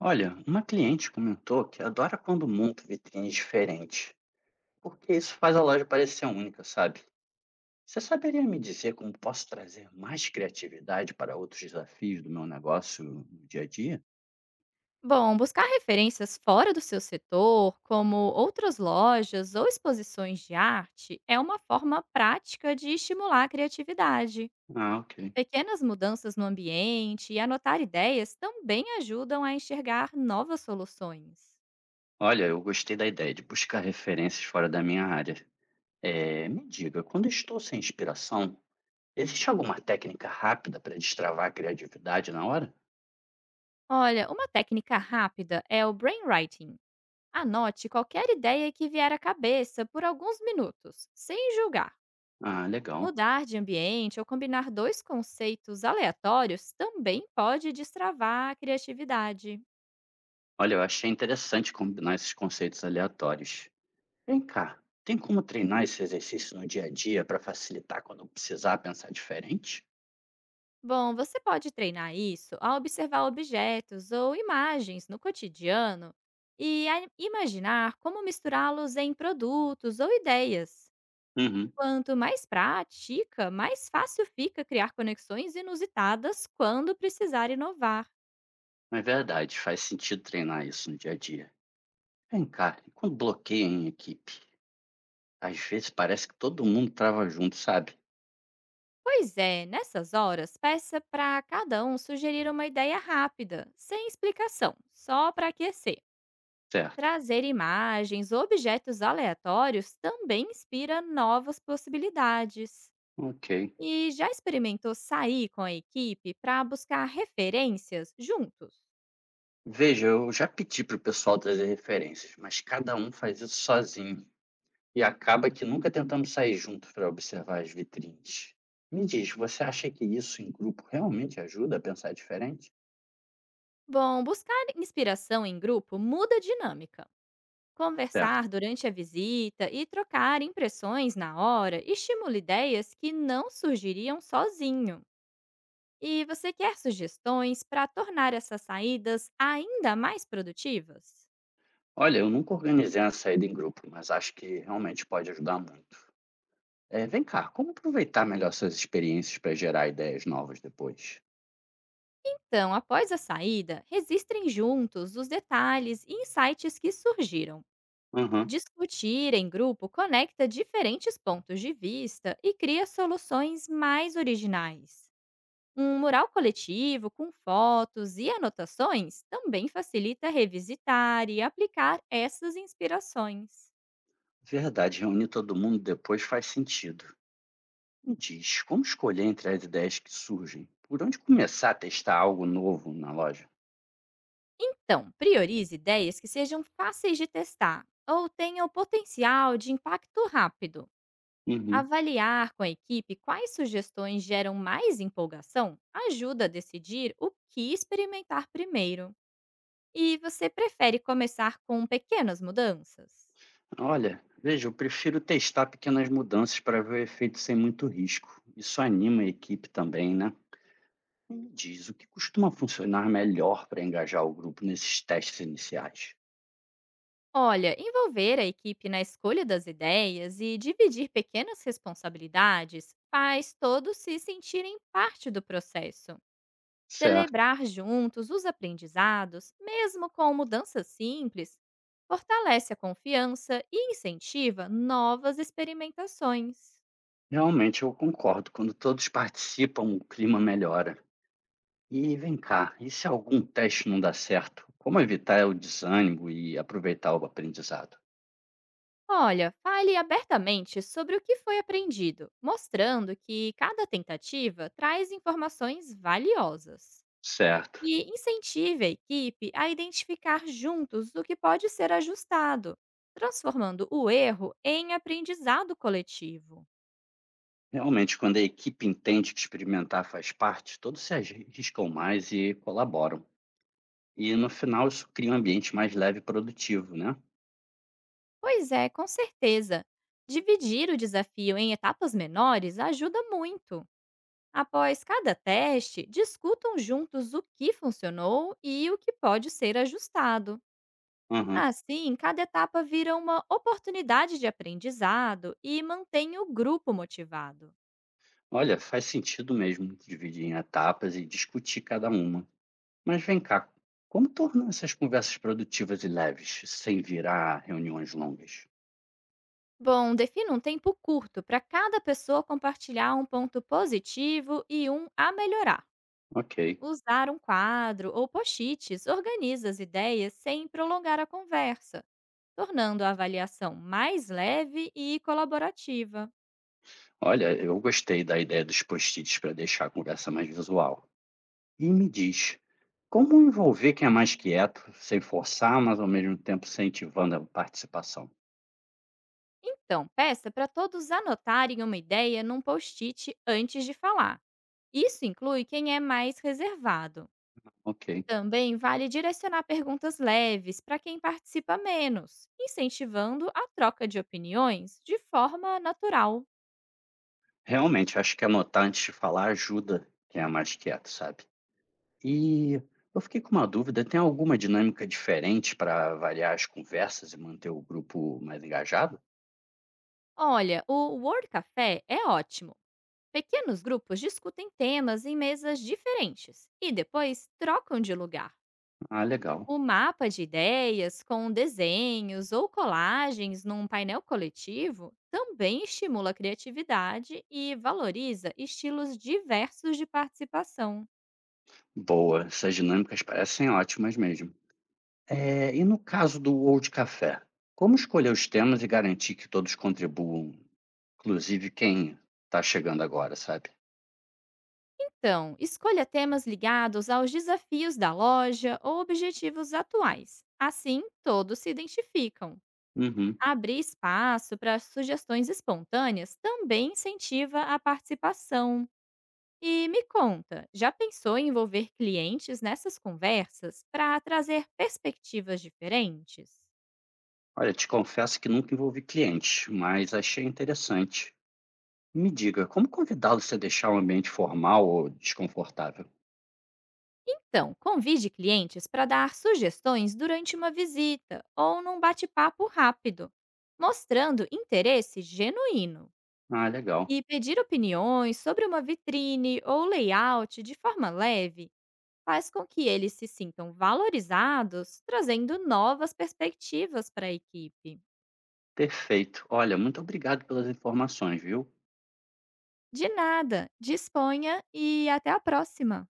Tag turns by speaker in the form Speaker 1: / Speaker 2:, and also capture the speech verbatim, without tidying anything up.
Speaker 1: Olha, uma cliente comentou que adora quando monta vitrines diferentes, porque isso faz a loja parecer única, sabe? Você saberia me dizer como posso trazer mais criatividade para outros desafios do meu negócio no dia a dia?
Speaker 2: Bom, buscar referências fora do seu setor, como outras lojas ou exposições de arte, é uma forma prática de estimular a criatividade.
Speaker 1: Ah, ok.
Speaker 2: Pequenas mudanças no ambiente e anotar ideias também ajudam a enxergar novas soluções.
Speaker 1: Olha, eu gostei da ideia de buscar referências fora da minha área. É, me diga, quando estou sem inspiração, existe alguma técnica rápida para destravar a criatividade na hora?
Speaker 2: Olha, uma técnica rápida é o brainwriting. Anote qualquer ideia que vier à cabeça por alguns minutos, sem julgar.
Speaker 1: Ah, legal.
Speaker 2: Mudar de ambiente ou combinar dois conceitos aleatórios também pode destravar a criatividade.
Speaker 1: Olha, eu achei interessante combinar esses conceitos aleatórios. Vem cá, tem como treinar esse exercício no dia a dia para facilitar quando precisar pensar diferente?
Speaker 2: Bom, você pode treinar isso ao observar objetos ou imagens no cotidiano e a- imaginar como misturá-los em produtos ou ideias.
Speaker 1: Uhum,
Speaker 2: Quanto mais prática, mais fácil fica criar conexões inusitadas quando precisar inovar.
Speaker 1: é verdade, faz sentido treinar isso no dia a dia. Vem cá, e quando bloqueia em equipe? Às vezes parece que todo mundo trava junto, sabe?
Speaker 2: Pois é, nessas horas, peça para cada um sugerir uma ideia rápida, sem explicação, só para aquecer.
Speaker 1: Certo.
Speaker 2: Trazer imagens ou objetos aleatórios também inspira novas possibilidades.
Speaker 1: Ok.
Speaker 2: E já experimentou sair com a equipe para buscar referências juntos?
Speaker 1: Veja, eu já pedi para o pessoal trazer referências, mas cada um faz isso sozinho. E acaba que nunca tentamos sair juntos para observar as vitrines. Me diz, você acha que isso em grupo realmente ajuda a pensar diferente?
Speaker 2: Bom, buscar inspiração em grupo muda a dinâmica.
Speaker 1: Certo.
Speaker 2: Conversar durante a visita e trocar impressões na hora estimula ideias que não surgiriam sozinho. E você quer sugestões para tornar essas saídas ainda mais produtivas?
Speaker 1: Olha, eu nunca organizei uma saída em grupo, mas acho que realmente pode ajudar muito. Eh, vem cá, como aproveitar melhor essas experiências para gerar ideias novas depois?
Speaker 2: Então, após a saída, registrem juntos os detalhes e insights que surgiram.
Speaker 1: Aham,
Speaker 2: Discutir em grupo conecta diferentes pontos de vista e cria soluções mais originais. Um mural coletivo com fotos e anotações também facilita revisitar e aplicar essas inspirações.
Speaker 1: verdade, reunir todo mundo depois faz sentido. Me diz, como escolher entre as ideias que surgem? Por onde começar a testar algo novo na loja?
Speaker 2: Então, priorize ideias que sejam fáceis de testar ou tenham potencial de impacto rápido.
Speaker 1: Uhum.
Speaker 2: Avaliar com a equipe quais sugestões geram mais empolgação ajuda a decidir o que experimentar primeiro. E você prefere começar com pequenas mudanças?
Speaker 1: Olha, veja, eu prefiro testar pequenas mudanças para ver o efeito sem muito risco. Isso anima a equipe também, né? Me diz, o que costuma funcionar melhor para engajar o grupo nesses testes iniciais?
Speaker 2: Olha, envolver a equipe na escolha das ideias e dividir pequenas responsabilidades faz todos se sentirem parte do processo.
Speaker 1: Certo.
Speaker 2: Celebrar juntos os aprendizados, mesmo com mudanças simples, fortalece a confiança e incentiva novas experimentações.
Speaker 1: Realmente eu concordo. Quando todos participam, o clima melhora. E vem cá, e se algum teste não dá certo? Como evitar o desânimo e aproveitar o aprendizado?
Speaker 2: Olha, fale abertamente sobre o que foi aprendido, mostrando que cada tentativa traz informações valiosas.
Speaker 1: Certo.
Speaker 2: E incentive a equipe a identificar juntos o que pode ser ajustado, transformando o erro em aprendizado coletivo.
Speaker 1: Realmente, quando a equipe entende que experimentar faz parte, todos se arriscam mais e colaboram. E no final, isso cria um ambiente mais leve e produtivo, né?
Speaker 2: Pois é, com certeza. Dividir o desafio em etapas menores ajuda muito. Após cada teste, discutam juntos o que funcionou e o que pode ser ajustado.
Speaker 1: Aham.
Speaker 2: Assim, cada etapa vira uma oportunidade de aprendizado e mantém o grupo motivado.
Speaker 1: Olha, faz sentido mesmo dividir em etapas e discutir cada uma. Mas vem cá, como tornar essas conversas produtivas e leves, sem virar reuniões longas?
Speaker 2: Bom, defina um tempo curto para cada pessoa compartilhar um ponto positivo e um a melhorar.
Speaker 1: Ok.
Speaker 2: Usar um quadro ou post-its organiza as ideias sem prolongar a conversa, tornando a avaliação mais leve e colaborativa.
Speaker 1: Olha, eu gostei da ideia dos post-its para deixar a conversa mais visual. E me diz, como envolver quem é mais quieto, sem forçar, mas ao mesmo tempo incentivando a participação?
Speaker 2: Então, peça para todos anotarem uma ideia num post-it antes de falar. Isso inclui quem é mais reservado.
Speaker 1: Ok.
Speaker 2: Também vale direcionar perguntas leves para quem participa menos, incentivando a troca de opiniões de forma natural.
Speaker 1: Realmente, acho que anotar antes de falar ajuda quem é mais quieto, sabe? E eu fiquei com uma dúvida, tem alguma dinâmica diferente para variar as conversas e manter o grupo mais engajado?
Speaker 2: Olha, o Word Café é ótimo. Pequenos grupos discutem temas em mesas diferentes e depois trocam de lugar.
Speaker 1: Ah, legal.
Speaker 2: O mapa de ideias, com desenhos ou colagens num painel coletivo, também estimula a criatividade e valoriza estilos diversos de participação.
Speaker 1: Boa, essas dinâmicas parecem ótimas mesmo. É, e no caso do Old Café, como escolher os temas e garantir que todos contribuam, inclusive quem está chegando agora, sabe?
Speaker 2: Então, escolha temas ligados aos desafios da loja ou objetivos atuais. Assim, todos se identificam.
Speaker 1: Uhum.
Speaker 2: Abrir espaço para sugestões espontâneas também incentiva a participação. E me conta, já pensou em envolver clientes nessas conversas para trazer perspectivas diferentes?
Speaker 1: Olha, te confesso que nunca envolvi clientes, mas achei interessante. Me diga, como convidá-los a deixar o ambiente formal ou desconfortável?
Speaker 2: Então, convide clientes para dar sugestões durante uma visita ou num bate-papo rápido, mostrando interesse genuíno.
Speaker 1: Ah, legal.
Speaker 2: E pedir opiniões sobre uma vitrine ou layout de forma leve faz com que eles se sintam valorizados, trazendo novas perspectivas para a equipe.
Speaker 1: Perfeito. Olha, muito obrigado pelas informações, viu?
Speaker 2: De nada, disponha e até a próxima!